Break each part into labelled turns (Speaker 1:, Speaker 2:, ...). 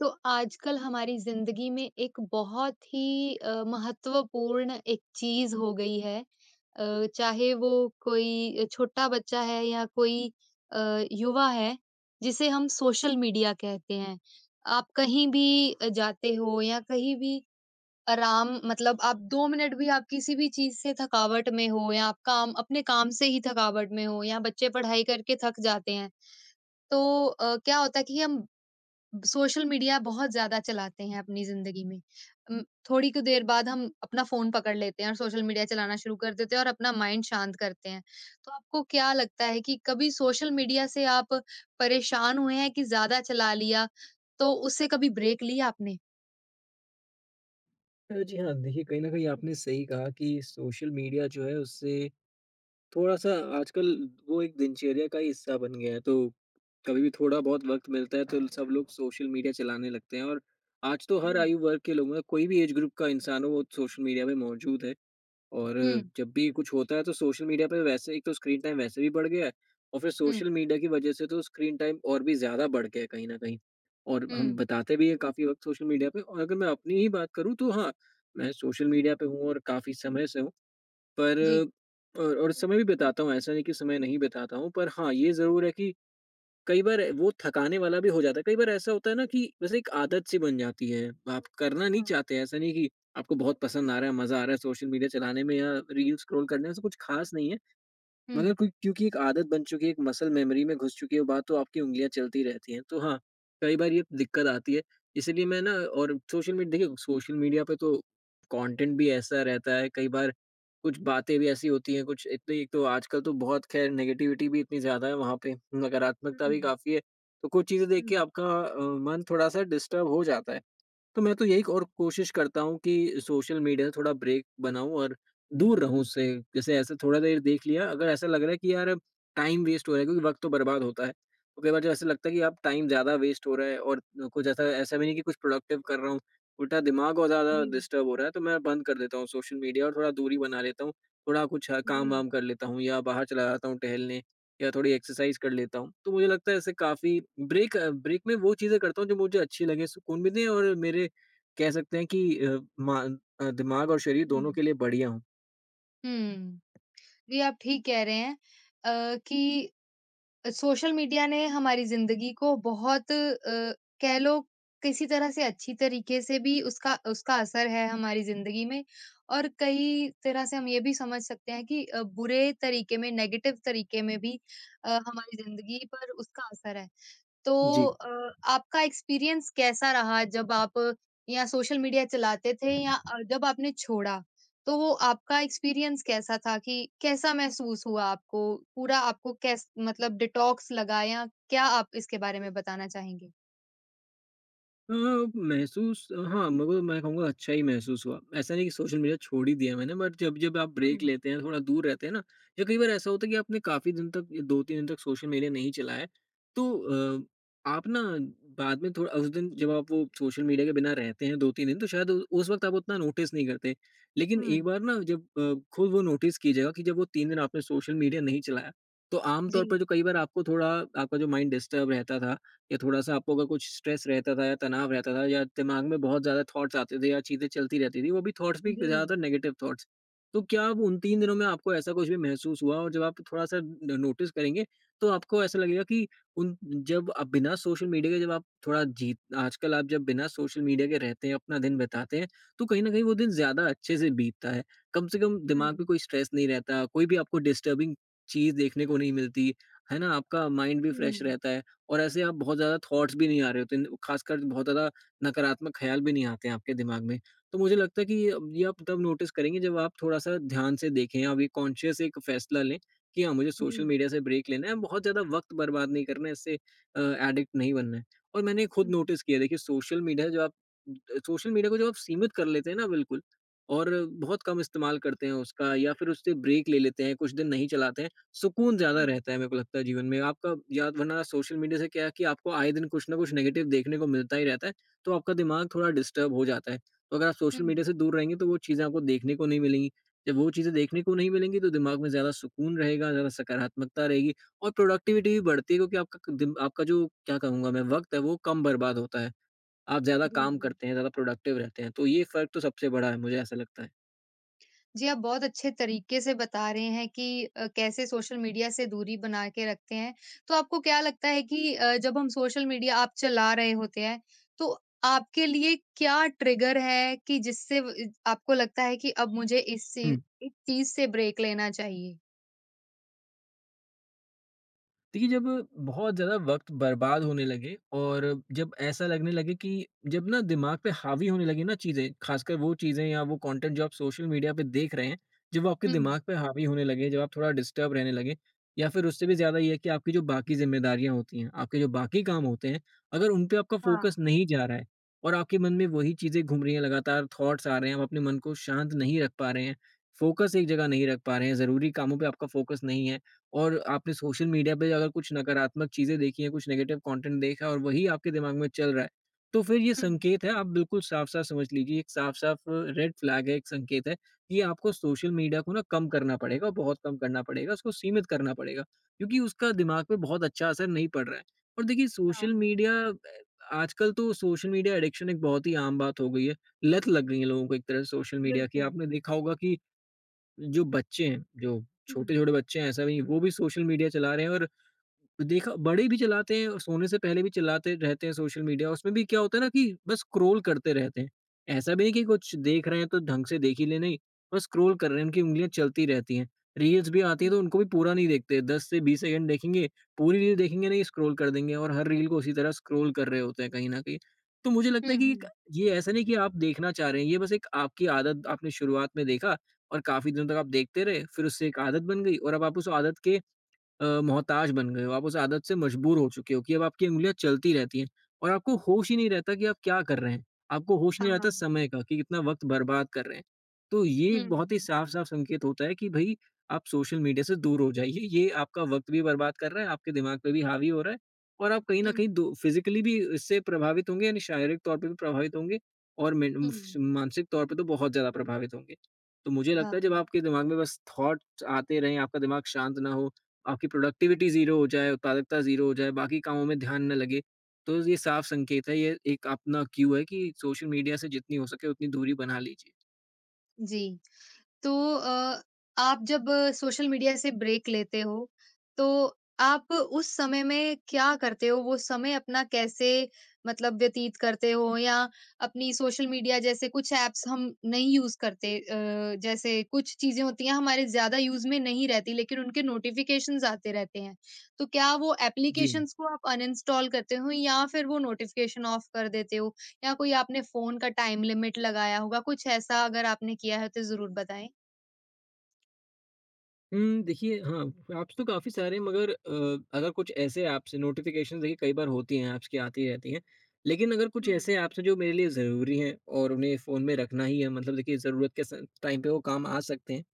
Speaker 1: तो आजकल हमारी ज़िंदगी में एक बहुत ही महत्वपूर्ण एक चीज़ हो गई है, चाहे वो कोई छोटा बच्चा है या कोई अ, युवा है जिसे हम सोशल मीडिया कहते हैं। आप कहीं भी जाते हो या कहीं भी आराम मतलब आप 2 मिनट भी आप किसी भी चीज़ से थकावट में हो या आप काम अपने काम से ही थकावट में हो या बच्चे पढ़ाई करके थक जाते हैं, तो क्या होता है कि हम सोशल मीडिया बहुत ज़्यादा चलाते हैं अपनी ज़िंदगी में। उम, थोड़ी कुछ देर बाद हम अपना फ़ोन पकड़ लेते हैं और सोशल मीडिया चलाना शुरू कर देते हैं और अपना माइंड शांत करते हैं। तो आपको क्या लगता है कि कभी सोशल मीडिया से आप परेशान हुए हैं कि ज़्यादा चला लिया, तो उससे कभी ब्रेक लिया आपने?
Speaker 2: जी हाँ, देखिए, कहीं न कहीं आपने सही कहा कि सोशल मीडिया जो है उससे थोड़ा-सा आजकल वो एक दिनचर्या का ही हिस्सा बन गया है। तो कभी भी थोड़ा बहुत वक़्त मिलता है तो सब लोग सोशल मीडिया चलाने लगते हैं, और आज तो हर
Speaker 1: जी।
Speaker 2: आयु वर्ग के लोग, कोई भी एज ग्रुप का इंसान हो, वो सोशल मीडिया पे मौजूद है। और
Speaker 1: हुँ,
Speaker 2: जब भी कुछ होता है तो सोशल मीडिया पे, वैसे एक तो स्क्रीन टाइम वैसे भी बढ़ गया है, और फिर
Speaker 1: हुँ,
Speaker 2: सोशल मीडिया की वजह से तो स्क्रीन टाइम और भी ज़्यादा बढ़ गया है कहीं न कहीं। और हम
Speaker 1: हुँ,
Speaker 2: बताते भी हैं काफ़ी वक़्त सोशल मीडिया पे, और अगर मैं अपनी ही बात करूँ तो हाँ, मैं सोशल मीडिया पे हूँ और काफ़ी समय से हूँ। पर
Speaker 1: जी।
Speaker 2: और समय भी बिताता हूँ, ऐसा नहीं कि समय नहीं बिताता हूँ, पर हाँ, ये ज़रूर है कि कई बार वो थकाने वाला भी हो जाता है। कई बार ऐसा होता है ना कि वैसे एक आदत सी बन जाती है, आप करना नहीं
Speaker 1: हाँ।
Speaker 2: चाहते हैं, ऐसा नहीं कि आपको बहुत पसंद आ रहा है, मज़ा आ रहा है सोशल मीडिया चलाने में या रील्स स्क्रॉल करने में, ऐसा कुछ ख़ास नहीं है। मगर
Speaker 1: हुँ।
Speaker 2: कोई, क्योंकि एक आदत बन चुकी है, एक मसल मेमोरी में घुस चुकी है वो बात, तो आपकी उँगलियाँ चलती रहती हैं। तो हाँ, कई बार ये दिक्कत आती है। इसीलिए मैं ना, और सोशल मीडिया देखिए, सोशल मीडिया पे तो कंटेंट भी ऐसा रहता है, कई बार कुछ बातें भी ऐसी होती हैं, कुछ इतनी, एक तो आजकल तो बहुत खैर नेगेटिविटी भी इतनी ज़्यादा है वहाँ पे, नकारात्मकता भी
Speaker 1: हुँ,
Speaker 2: काफ़ी है। तो कुछ चीज़ें देख
Speaker 1: हुँ,
Speaker 2: के आपका मन थोड़ा-सा डिस्टर्ब हो जाता है। तो मैं तो यही और कोशिश करता हूँ कि सोशल मीडिया से थोड़ा ब्रेक बनाऊँ और दूर रहूँ उससे। जैसे ऐसे थोड़ा देर देख लिया, अगर ऐसा लग रहा है कि यार, टाइम वेस्ट हो रहा है, क्योंकि वक़्त तो बर्बाद होता है। तो कई बार जब ऐसा लगता है कि अब टाइम ज़्यादा वेस्ट हो रहा है, और कुछ ऐसा ऐसा भी नहीं कि कुछ प्रोडक्टिव कर रहा हूँ, उल्टा दिमाग और ज़्यादा
Speaker 1: जी,
Speaker 2: डिस्टर्ब हो रहा है, तो मैं बंद कर देता हूँ सोशल मीडिया और थोड़ा दूरी बना लेता हूँ। थोड़ा कुछ
Speaker 1: जी,
Speaker 2: काम-वाम कर लेता हूँ या बाहर चला जाता हूँ टहलने। या थोड़ी एक्सरसाइज़ कर लेता हूँ। तो मुझे लगता है ऐसे काफ़ी ब्रेक, ब्रेक में वो चीज़ें करता हूँ जो मुझे अच्छी लगें, सुकून भी दें, और मेरे, कह सकते हैं कि दिमाग और शरीर
Speaker 1: हुँ।
Speaker 2: दोनों के लिए बढ़िया हों।
Speaker 1: हुँ। जी, आप ठीक कह रहे हैं कि सोशल मीडिया ने हमारी ज़िंदगी को बहुत कह लो किसी तरह से अच्छी तरीके से भी उसका उसका असर है हमारी ज़िंदगी में और कई तरह से हम ये भी समझ सकते हैं कि बुरे तरीके में, नेगेटिव तरीके में भी हमारी ज़िंदगी पर उसका असर है। तो
Speaker 2: जी।
Speaker 1: आपका एक्सपीरियंस कैसा रहा जब आप या सोशल मीडिया चलाते थे या जब आपने छोड़ा? तो वो आपका एक्सपीरियंस कैसा था कि कैसा महसूस हुआ आपको? पूरा आपको कैस मतलब डिटॉक्स लगा या क्या आप इसके बारे में बताना चाहेंगे?
Speaker 2: हाँ, महसूस हाँ, मगर मैं कहूँगा अच्छा ही महसूस हुआ। ऐसा नहीं कि सोशल मीडिया छोड़ ही दिया मैंने, बट जब-जब आप ब्रेक
Speaker 1: हुँ,
Speaker 2: लेते हैं, थोड़ा दूर रहते हैं ना, या कई बार ऐसा होता है कि आपने काफ़ी दिन तक, 2-3 दिन तक सोशल मीडिया नहीं चलाया है, तो आप ना, बाद में थोड़ा उस दिन जब आप वो सोशल मीडिया के बिना रहते हैं 2-3 दिन, तो शायद उ उस वक़्त आप उतना नोटिस नहीं करते। लेकिन एक
Speaker 1: हुँ,
Speaker 2: बार ना, जब खुद वो नोटिस कीजिएगा कि जब वो 3 दिन आपने सोशल मीडिया नहीं चलाया, तो आम तौर
Speaker 1: जी,
Speaker 2: पर जो कई बार आपको थोड़ा, आपका जो माइंड डिस्टर्ब रहता था, या थोड़ा-सा आपको अगर कुछ स्ट्रेस रहता था, या तनाव रहता था, या दिमाग में बहुत ज़्यादा थॉट्स आते थे या चीज़ें चलती रहती थी, वो भी थॉट्स भी
Speaker 1: जी,
Speaker 2: ज़्यादातर नेगेटिव थॉट्स। तो क्या वो उन 3 दिनों में आपको ऐसा कुछ भी महसूस हुआ, और जब आप थोड़ा-सा न नोटिस करेंगे, तो आपको ऐसा लगेगा कि उन, जब आप बिना सोशल मीडिया के, जब आप थोड़ा जी, आजकल आप जब बिना सोशल मीडिया के रहते हैं, अपना दिन बिताते हैं, तो कहीं न कहीं वो दिन ज़्यादा अच्छे से बीतता है। कम से कम दिमाग
Speaker 1: हुँ,
Speaker 2: पे कोई स्ट्रेस नहीं रहता, कोई भी आपको डिस्टर्बिंग चीज़ देखने को नहीं मिलती, है ना? आपका माइंड भी फ्रेश
Speaker 1: हुँ,
Speaker 2: रहता है। और ऐसे आप, बहुत ज़्यादा थॉट्स भी नहीं आ रहे होते हैं, खासकर बहुत ज़्यादा नकारात्मक ख़्याल भी नहीं आते हैं आपके दिमाग में। तो मुझे लगता है कि ये ये आप तब नोटिस करेंगे जब आप थोड़ा-सा ध्यान से देखें, आप ये कॉन्शियस एक फ़ैसला लें कि हाँ, मुझे सोशल
Speaker 1: जी,
Speaker 2: मीडिया से ब्रेक लेना है, बहुत ज़्यादा वक़्त बर्बाद नहीं करना है, इससे अ, एडिक्ट नहीं बनना है। और मैंने
Speaker 1: हुँ,
Speaker 2: खुद नोटिस किया है, देखिए सोशल मीडिया जो आप, सोशल मीडिया को जब आप सीमित कर लेते हैं ना बिल्कुल, और बहुत कम इस्तेमाल करते हैं उसका, या फिर उससे ब्रेक ले लेते हैं, कुछ दिन नहीं चलाते हैं। सुकून ज़्यादा रहता है मेरे को लगता है जीवन में, आपका। या वरना सोशल मीडिया से क्या है कि आपको आए दिन कुछ न कुछ नेगेटिव देखने को मिलता ही रहता है, तो आपका दिमाग थोड़ा डिस्टर्ब हो जाता है। तो अगर आप
Speaker 1: हुँ,
Speaker 2: सोशल मीडिया से दूर रहेंगे तो वो चीज़ें आपको देखने को नहीं मिलेंगी। जब वो चीज़ें देखने को नहीं मिलेंगी तो दिमाग में ज़्यादा सुकून रहेगा, ज़्यादा सकारात्मकता रहेगी और प्रोडक्टिविटी भी बढ़ती है, क्योंकि आपका क, दिन आपका जो, क्या कहूँगा मैं, वक़्त है वो कम बर्बाद होता है। आप ज़्यादा
Speaker 1: जी,
Speaker 2: काम
Speaker 1: जी।
Speaker 2: करते हैं, ज़्यादा प्रोडक्टिव रहते हैं। तो ये फ़र्क तो सबसे बड़ा है, मुझे ऐसा लगता
Speaker 1: जी, आप बहुत अच्छे तरीके से बता रहे हैं कि कैसे सोशल मीडिया से दूरी बना के रखते हैं। तो आपको क्या लगता है कि जब हम सोशल मीडिया आप चला रहे होते हैं, तो आपके लिए क्या ट्रिगर है कि जिससे व इ आपको लगता है कि अब मुझे
Speaker 2: है।
Speaker 1: इस चीज़ से ब्रेक लेना चाहिए?
Speaker 2: देखिए, जब बहुत ज़्यादा वक़्त बर्बाद होने लगे, और जब ऐसा लगने लगे कि जब ना दिमाग पे हावी होने लगी ना चीज़ें, ख़ासकर वो चीज़ें या वो कंटेंट जो आप सोशल मीडिया पे देख रहे हैं, जब वो आपके
Speaker 1: हुँ,
Speaker 2: दिमाग पे हावी होने लगे, जब आप थोड़ा डिस्टर्ब रहने लगे, या फिर उससे भी ज़्यादा ये है कि आपकी जो बाकी ज़िम्मेदारियाँ होती हैं, आपके जो बाकी काम होते हैं, अगर उन पे आपका
Speaker 1: हाँ,
Speaker 2: फ़ोकस नहीं जा रहा है, और आपके मन में वही चीज़ें घूम रही हैं, लगातार थॉट्स आ रहे हैं, आप अपने मन को शांत नहीं रख पा रहे हैं, फ़ोकस एक जगह नहीं रख पा रहे हैं, ज़रूरी कामों पे आपका फ़ोकस नहीं है, और आपने सोशल मीडिया पे अगर कुछ नकारात्मक चीज़ें देखी हैं, कुछ नेगेटिव कंटेंट देखा है और वही आपके दिमाग में चल रहा है, तो फिर ये
Speaker 1: हुँ।
Speaker 2: संकेत है। आप बिल्कुल साफ-साफ समझ लीजिए, एक साफ-साफ रेड फ्लैग है, एक संकेत है कि आपको सोशल मीडिया को ना कम करना पड़ेगा, और बहुत कम करना पड़ेगा, उसको सीमित करना पड़ेगा, क्योंकि उसका दिमाग पे बहुत अच्छा असर नहीं पड़ रहा है। और देखिए
Speaker 1: हाँ,
Speaker 2: सोशल मीडिया, आजकल तो सोशल मीडिया एडिक्शन एक बहुत ही आम बात हो गई है, लत लग गई है लोगों को एक तरह से सोशल मीडिया की।
Speaker 1: बिल्कुल।
Speaker 2: आपने देखा होगा कि जो बच्चे हैं, जो
Speaker 1: हुँ, हुँ,
Speaker 2: छोटे-छोटे बच्चे हैं ऐसा भी, वो भी सोशल मीडिया चला रहे हैं, और देखा बड़े भी चलाते हैं, और सोने से पहले भी चलाते रहते हैं सोशल मीडिया। उसमें भी क्या होता है ना कि बस स्क्रॉल करते रहते हैं। ऐसा भी नहीं कि कुछ देख रहे हैं तो ढंग से देख ही ले, नहीं। बस स्क्रॉल कर रहे हैं, उनकी उँगलियाँ चलती रहती हैं। रील्स भी आती
Speaker 1: हुँ,
Speaker 2: हैं तो उनको भी पूरा नहीं देखते, 10 से 20 सेकंड देखेंगे, पूरी रील देखेंगे नहीं, स्क्रॉल कर देंगे, और हर रील को उसी तरह स्क्रॉल कर रहे होते हैं कहीं न कहीं। तो मुझे लगता है कि एक,
Speaker 1: हुँ।
Speaker 2: ये ऐसा नहीं कि आप देखना चाह रहे हैं, ये बस एक आपकी आदत, आपने शुरुआत में देखा और काफ़ी दिनों तक आप देखते रहे, फिर उससे एक आदत बन गई, और अब आप उस आदत के मोहताज बन गए हो, आप उस आदत से मजबूर हो चुके हो कि अब आपकी उँगलियाँ चलती रहती हैं और आपको होश ही नहीं रहता कि आप क्या कर रहे हैं। आपको होश नहीं
Speaker 1: हुँ, हाँ,
Speaker 2: रहता समय का कि कितना वक़्त बर्बाद कर रहे हैं। तो ये
Speaker 1: हुँ,
Speaker 2: एक बहुत ही
Speaker 1: हुँ।
Speaker 2: साफ-साफ संकेत होता है कि भई, आप सोशल मीडिया से दूर हो जाइए। ये आपका वक़्त भी बर्बाद कर रहा है, आपके दिमाग पे भी हावी हो रहा है, और आप कहीं न
Speaker 1: हुँ,
Speaker 2: कहीं दो फिज़िकली भी इससे प्रभावित होंगे, यानी शारीरिक तौर पे भी प्रभावित होंगे, और में
Speaker 1: हुँ।
Speaker 2: मानसिक तौर पे तो बहुत ज़्यादा प्रभावित होंगे। तो मुझे
Speaker 1: हाँ,
Speaker 2: लगता है जब आपके दिमाग में बस थॉट्स आते रहें, आपका दिमाग शांत ना हो, आपकी प्रोडक्टिविटी ज़ीरो हो जाए, उत्पादकता ज़ीरो हो जाए, बाकी कामों में ध्यान ना लगे, तो ये साफ संकेत है, ये एक अपना क्यू है कि सोशल मीडिया से जितनी हो सके उतनी दूरी बना लीजिए।
Speaker 1: जी। तो आप जब सोशल मीडिया से ब्रेक लेते हो, तो आप उस समय में क्या करते हो? वो समय अपना कैसे मतलब व्यतीत करते हो? या अपनी सोशल मीडिया जैसे कुछ ऐप्स हम नहीं यूज़ करते, जैसे कुछ चीज़ें होती हैं हमारे ज़्यादा यूज़ में नहीं रहती लेकिन उनके नोटिफ़िकेशंस आते रहते हैं। तो क्या वो
Speaker 2: जी।
Speaker 1: एप्लीकेशंस को आप अनइंस्टॉल करते हो या फिर वो नोटिफ़िकेशन ऑफ कर देते हो? या कोई आपने फ़ोन का टाइम लिमिट लगाया होगा? कुछ ऐसा अगर आपने किया है तो ज़रूर बताएँ।
Speaker 2: देखिए हाँ, ऐप्स तो काफ़ी सारे हैं, मगर अगर कुछ ऐसे ऐप्स हैं, नोटिफ़िकेशंस देखिए कई बार होती हैं, ऐप्स की आती रहती हैं। लेकिन अगर कुछ
Speaker 1: हुँ,
Speaker 2: ऐसे ऐप्स हैं जो मेरे लिए ज़रूरी हैं और उन्हें फ़ोन में रखना ही है, मतलब देखिए ज़रूरत के स टाइम पे वो काम आ सकते हैं।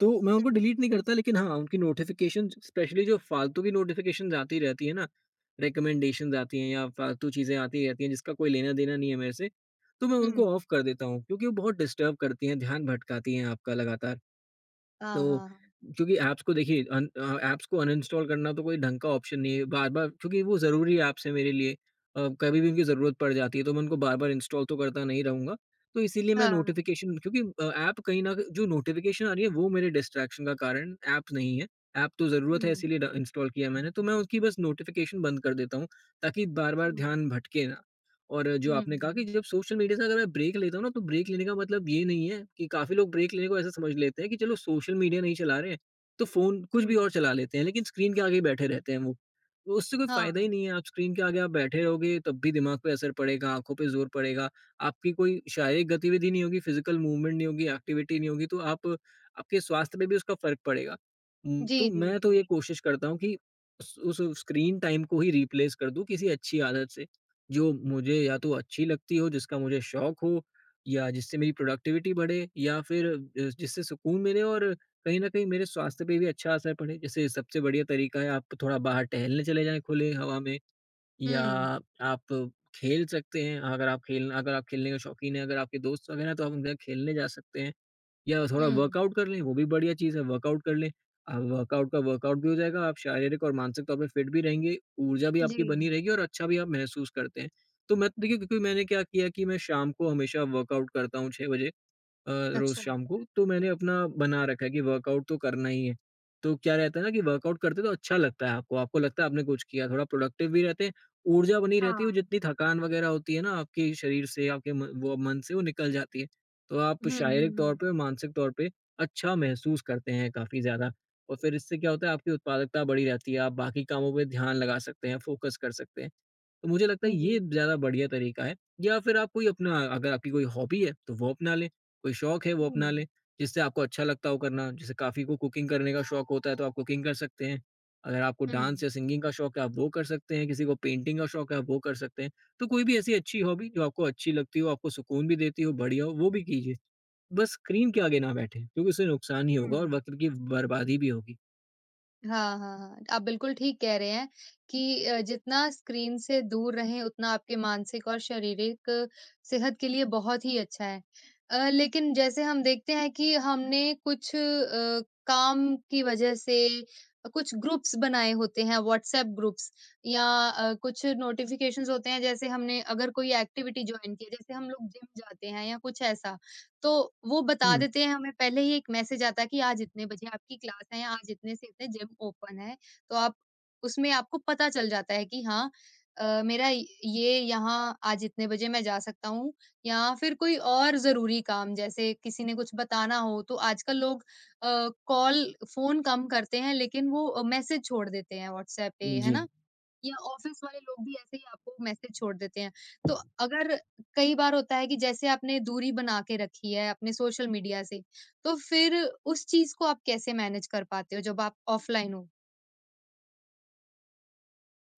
Speaker 2: तो मैं उनको
Speaker 1: हुँ,
Speaker 2: डिलीट नहीं करता, लेकिन हाँ, उनकी नोटिफ़िकेशंस स्पेशली जो फ़ालतू की नोटिफ़िकेशंस आती रहती है ना, रिकमेंडेशंस आती हैं या फ़ालतू चीज़ें आती रहती हैं जिसका कोई लेना-देना नहीं है मेरे से। तो मैं
Speaker 1: हुँ।
Speaker 2: उनको ऑफ कर देता हूँ क्योंकि वो बहुत डिस्टर्ब करती हैं, ध्यान भटकाती हैं आपका लगातार।
Speaker 1: हाँ,
Speaker 2: तो
Speaker 1: हाँ।
Speaker 2: क्योंकि ऐप्स को देखिए, ऐप्स को अनइंस्टॉल करना तो कोई ढंग का ऑप्शन नहीं है। बार-बार क्योंकि वो ज़रूरी ऐप्स हैं मेरे लिए, कभी भी उनकी ज़रूरत पड़ जाती है, तो मैं उनको बार-बार इंस्टॉल तो करता नहीं रहूँगा। तो इसीलिए मैं
Speaker 1: हाँ,
Speaker 2: नोटिफ़िकेशन, क्योंकि ऐप कहीं न, जो नोटिफ़िकेशन आ रही है, वो मेरे डिस्ट्रैक्शन का कारण ऐप नहीं है। ऐप तो ज़रूरत
Speaker 1: हुँ,
Speaker 2: है, इसीलिए ड इंस्टॉल किया मैंने, तो मैं उसकी बस नोटिफ़िकेशन बंद कर देता हूँ, ताकि बार-बार
Speaker 1: हुँ,
Speaker 2: ध्यान भटके ना। और जो
Speaker 1: हुँ,
Speaker 2: आपने कहा कि जब सोशल मीडिया से अगर मैं ब्रेक लेता हूँ ना, तो ब्रेक लेने का मतलब ये नहीं है कि काफ़ी लोग ब्रेक लेने को ऐसा समझ लेते हैं कि चलो सोशल मीडिया नहीं चला रहे हैं, तो फ़ोन कुछ
Speaker 1: हुँ,
Speaker 2: भी और चला लेते हैं, लेकिन स्क्रीन के आगे ही बैठे रहते हैं वो। तो उससे कोई फ़ायदा ही
Speaker 1: हाँ।
Speaker 2: नहीं है, आप स्क्रीन के आगे आप बैठे रहोगे, तब भी दिमाग पे असर पड़ेगा, आँखों पे ज़ोर पड़ेगा, आपकी कोई शारीरिक गतिविधि नहीं होगी, फ़िज़िकल मूवमेंट नहीं होगी, एक्टिविटी नहीं होगी, तो आप आपके स्वास्थ्य पे भी उसका फ़र्क पड़ेगा।
Speaker 1: जी,
Speaker 2: तो
Speaker 1: जी,
Speaker 2: मैं तो
Speaker 1: जी।
Speaker 2: ये कोशिश करता हूँ कि उस स्क्रीन टाइम को ही रिप्लेस कर दूँ किसी अच्छी आदत से। जो मुझे या तो अच्छी लगती हो, जिसका मुझे शौक हो, या जिससे मेरी प्रोडक्टिविटी बढ़े, या फिर जिससे सुकून मिले, और कहीं न कहीं मेरे स्वास्थ्य पे भी अच्छा असर पड़े। जैसे सबसे बढ़िया तरीका है, आप थोड़ा बाहर टहलने चले जाएँ खुले हवा में, या
Speaker 1: हुँ,
Speaker 2: आप खेल सकते हैं। अगर आप खेलने के शौकीन हैं, अगर आपके दोस्त वगैरह हैं तो आप उनके साथ खेलने जा सकते हैं। या थोड़ा
Speaker 1: हुँ,
Speaker 2: वर्कआउट कर लें, वो भी बढ़िया चीज़ है, वर्कआउट कर लें। वर्कआउट का वर्कआउट भी हो जाएगा, आप शारीरिक और मानसिक तौर पे फिट भी रहेंगे, ऊर्जा भी
Speaker 1: जी।
Speaker 2: आपकी बनी रहेगी और अच्छा भी आप महसूस करते हैं। तो मैं तो देखिए, क्योंकि मैंने क्या किया कि मैं शाम को हमेशा वर्कआउट करता हूँ 6 बजे। अ, रोज़
Speaker 1: अच्छा,
Speaker 2: शाम को, तो मैंने अपना बना रखा है कि वर्कआउट तो करना ही है। तो क्या रहता है ना कि वर्कआउट करते तो अच्छा लगता है आपको, आपको लगता है आपने कुछ किया, थोड़ा प्रोडक्टिव भी रहते हैं, ऊर्जा बनी रहती है, वो
Speaker 1: हाँ।
Speaker 2: जितनी थकान वगैरह होती है ना आपके शरीर से, आपके म वो मन से वो निकल जाती है। तो आप
Speaker 1: हुँ, हुँ,
Speaker 2: शारीरिक तौर
Speaker 1: हुँ।
Speaker 2: पे और मानसिक तौर पे अच्छा महसूस करते हैं काफ़ी ज़्यादा, और फिर इससे क्या होता है, आपकी उत्पादकता बढ़ी रहती है, आप बाकी कामों पे ध्यान लगा सकते हैं, फ़ोकस कर सकते हैं। तो मुझे लगता है
Speaker 1: जी।
Speaker 2: ये ज़्यादा बढ़िया तरीका है, या फिर आप कोई अपना अगर आपकी कोई हॉबी है, तो वो अपना लें। कोई शौक है वो अपना
Speaker 1: हुँ,
Speaker 2: लें, जिससे आपको अच्छा लगता हो करना। जैसे काफ़ी को कुकिंग करने का शौक होता है, तो आप कुकिंग कर सकते हैं। अगर आपको
Speaker 1: हुँ,
Speaker 2: डांस या सिंगिंग का शौक है, आप वो कर सकते हैं, किसी को पेंटिंग का शौक है, आप वो कर सकते हैं। तो कोई भी ऐसी अच्छी हॉबी जो आपको अच्छी लगती हो, आपको सुकून भी देती हो, बढ़िया हो, वो भी कीजिए। बस स्क्रीन के आगे ना बैठें, क्योंकि उससे नुकसान ही होगा
Speaker 1: हुँ।
Speaker 2: और वक़्त की बर्बादी भी होगी।
Speaker 1: हाँ, हाँ, हाँ। हाँ। आप बिल्कुल ठीक कह रहे हैं कि जितना स्क्रीन से दूर रहें उतना आपके मानसिक और शारीरिक सेहत के लिए बहुत ही अच्छा है। लेकिन जैसे हम देखते हैं कि हमने कुछ काम की वजह से कुछ ग्रुप्स बनाए होते हैं व्हाट्सएप ग्रुप्स या कुछ नोटिफ़िकेशंस होते हैं जैसे हमने अगर कोई एक्टिविटी जॉइन की है, जैसे हम लोग जिम जाते हैं या कुछ ऐसा। तो वो बता
Speaker 2: हुँ,
Speaker 1: देते हैं हमें पहले ही एक मैसेज आता है कि आज इतने बजे आपकी क्लास है, या आज इतने से इतने जिम ओपन है। तो आप उसमें आपको पता चल जाता है कि हाँ, मेरा ये यहाँ आज इतने बजे मैं जा सकता हूँ या फिर कोई और ज़रूरी काम जैसे किसी ने कुछ बताना हो तो आजकल लोग कॉल फ़ोन कम करते हैं लेकिन वो मैसेज छोड़ देते हैं व्हाट्सएप पे, है
Speaker 2: जी।
Speaker 1: ना? या ऑफिस वाले लोग भी ऐसे ही आपको मैसेज छोड़ देते हैं। तो अगर कई बार होता है कि जैसे आपने दूरी बना के रखी है अपने सोशल मीडिया से, तो फिर उस चीज़ को आप कैसे मैनेज कर पाते हो जब आप ऑफलाइन हो?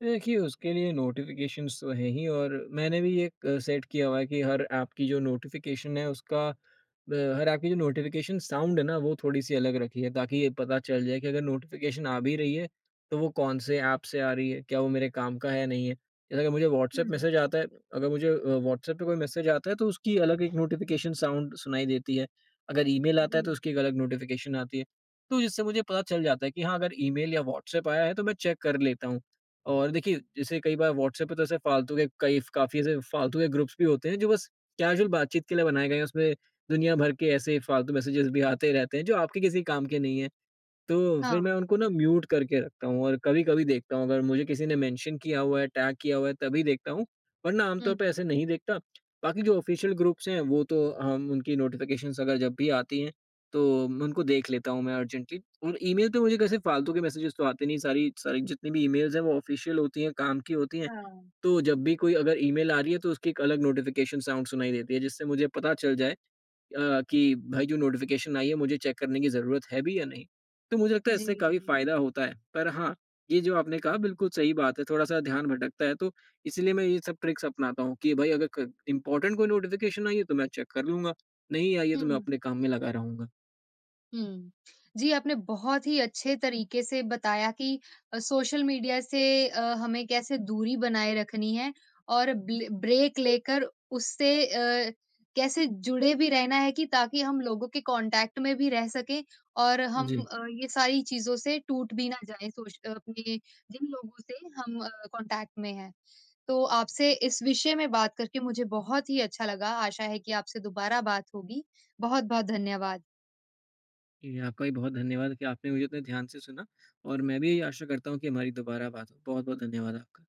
Speaker 2: देखिए, उसके लिए नोटिफ़िकेशंस तो हैं ही, और मैंने भी ये एक सेट किया हुआ है कि हर ऐप की जो नोटिफ़िकेशन है उसका, हर ऐप की जो नोटिफ़िकेशन साउंड है ना, वो थोड़ी-सी अलग रखी है, ताकि ये पता चल जाए कि अगर नोटिफ़िकेशन आ भी रही है, तो वो कौन-से ऐप से आ रही है, क्या वो मेरे काम का है या नहीं है। जैसे अगर मुझे व्हाट्सएप
Speaker 1: हुँ,
Speaker 2: मैसेज आता है अगर मुझे व्हाट्सएप पे कोई मैसेज आता है, तो उसकी अलग एक नोटिफ़िकेशन साउंड सुनाई देती है। अगर ईमेल आता है तो
Speaker 1: जी।
Speaker 2: उसकी एक अलग नोटिफ़िकेशन आती है। तो जिससे मुझे पता चल जाता है कि हाँ, अगर ईमेल या व्हाट्सएप आया है तो मैं चेक कर लेता हूँ। और देखिए, जैसे कई बार व्हाट्सऐप पे तो ऐसे फालतू के कई काफ़ी ऐसे फालतू के ग्रुप्स भी होते हैं जो बस कैजुअल बातचीत के लिए बनाए गए हैं। उसमें दुनिया भर के ऐसे फालतू मैसेजेस भी आते रहते हैं जो आपके किसी काम के नहीं है। तो फिर मैं
Speaker 1: हाँ।
Speaker 2: उनको ना म्यूट करके रखता हूँ, और कभी-कभी देखता हूँ, अगर मुझे किसी ने मेंशन किया हुआ है, टैग किया हुआ है, तभी देखता हूँ, वरना आमतौर पे
Speaker 1: हुँ।
Speaker 2: ऐसे नहीं देखता। बाकी जो ऑफ़िशियल ग्रुप्स हैं, वो तो हम उनकी नोटिफ़िकेशंस अगर जब भी आती हैं, तो मैं उनको देख लेता हूँ, मैं अर्जेंटली। और ईमेल पे मुझे कैसे फालतू के मैसेजेस तो आते नहीं, सारी सारी जितनी भी ईमेल्स हैं वो ऑफ़िशियल होती हैं, काम की होती हैं।
Speaker 1: हाँ।
Speaker 2: तो जब भी कोई अगर ईमेल आ रही है, तो उसकी एक अलग नोटिफ़िकेशन साउंड सुनाई देती है, जिससे मुझे पता चल जाए कि भाई जो नोटिफ़िकेशन आई है, मुझे चेक करने की ज़रूरत है भी या नहीं? तो मुझे लगता है
Speaker 1: जी,
Speaker 2: इससे काफ़ी
Speaker 1: जी।
Speaker 2: फ़ायदा होता है। पर हाँ, ये जो आपने कहा बिल्कुल सही बात है, थोड़ा-सा ध्यान भटकता है, तो इसीलिए मैं ये सब ट्रिक्स अपनाता हूँ कि भाई, अगर क इम्पोर्टेंट कोई नोटिफ़िकेशन आई है तो मैं चेक कर लूँगा, नहीं आई है तो
Speaker 1: हुँ।
Speaker 2: मैं अपने काम में लगा रहूँगा।
Speaker 1: हुँ। जी, आपने बहुत ही अच्छे तरीके से बताया कि सोशल मीडिया से हमें कैसे दूरी बनाए रखनी है और ब्ले ब्रेक लेकर उससे कैसे जुड़े भी रहना है कि ताकि हम लोगों के कॉन्टैक्ट में भी रह सकें और हम
Speaker 2: जी।
Speaker 1: ये सारी चीज़ों से टूट भी ना जाएँ, अपने जिन लोगों से हम कॉन्टैक्ट में हैं। तो आपसे इस विषय में बात करके मुझे बहुत ही अच्छा लगा। आशा है कि आपसे दोबारा बात होगी। बहुत-बहुत धन्यवाद।
Speaker 2: जी, आपका भी बहुत धन्यवाद कि आपने मुझे इतने ध्यान से सुना, और मैं भी यही आशा करता हूँ कि हमारी दोबारा बात हो। बहुत-बहुत धन्यवाद आपका।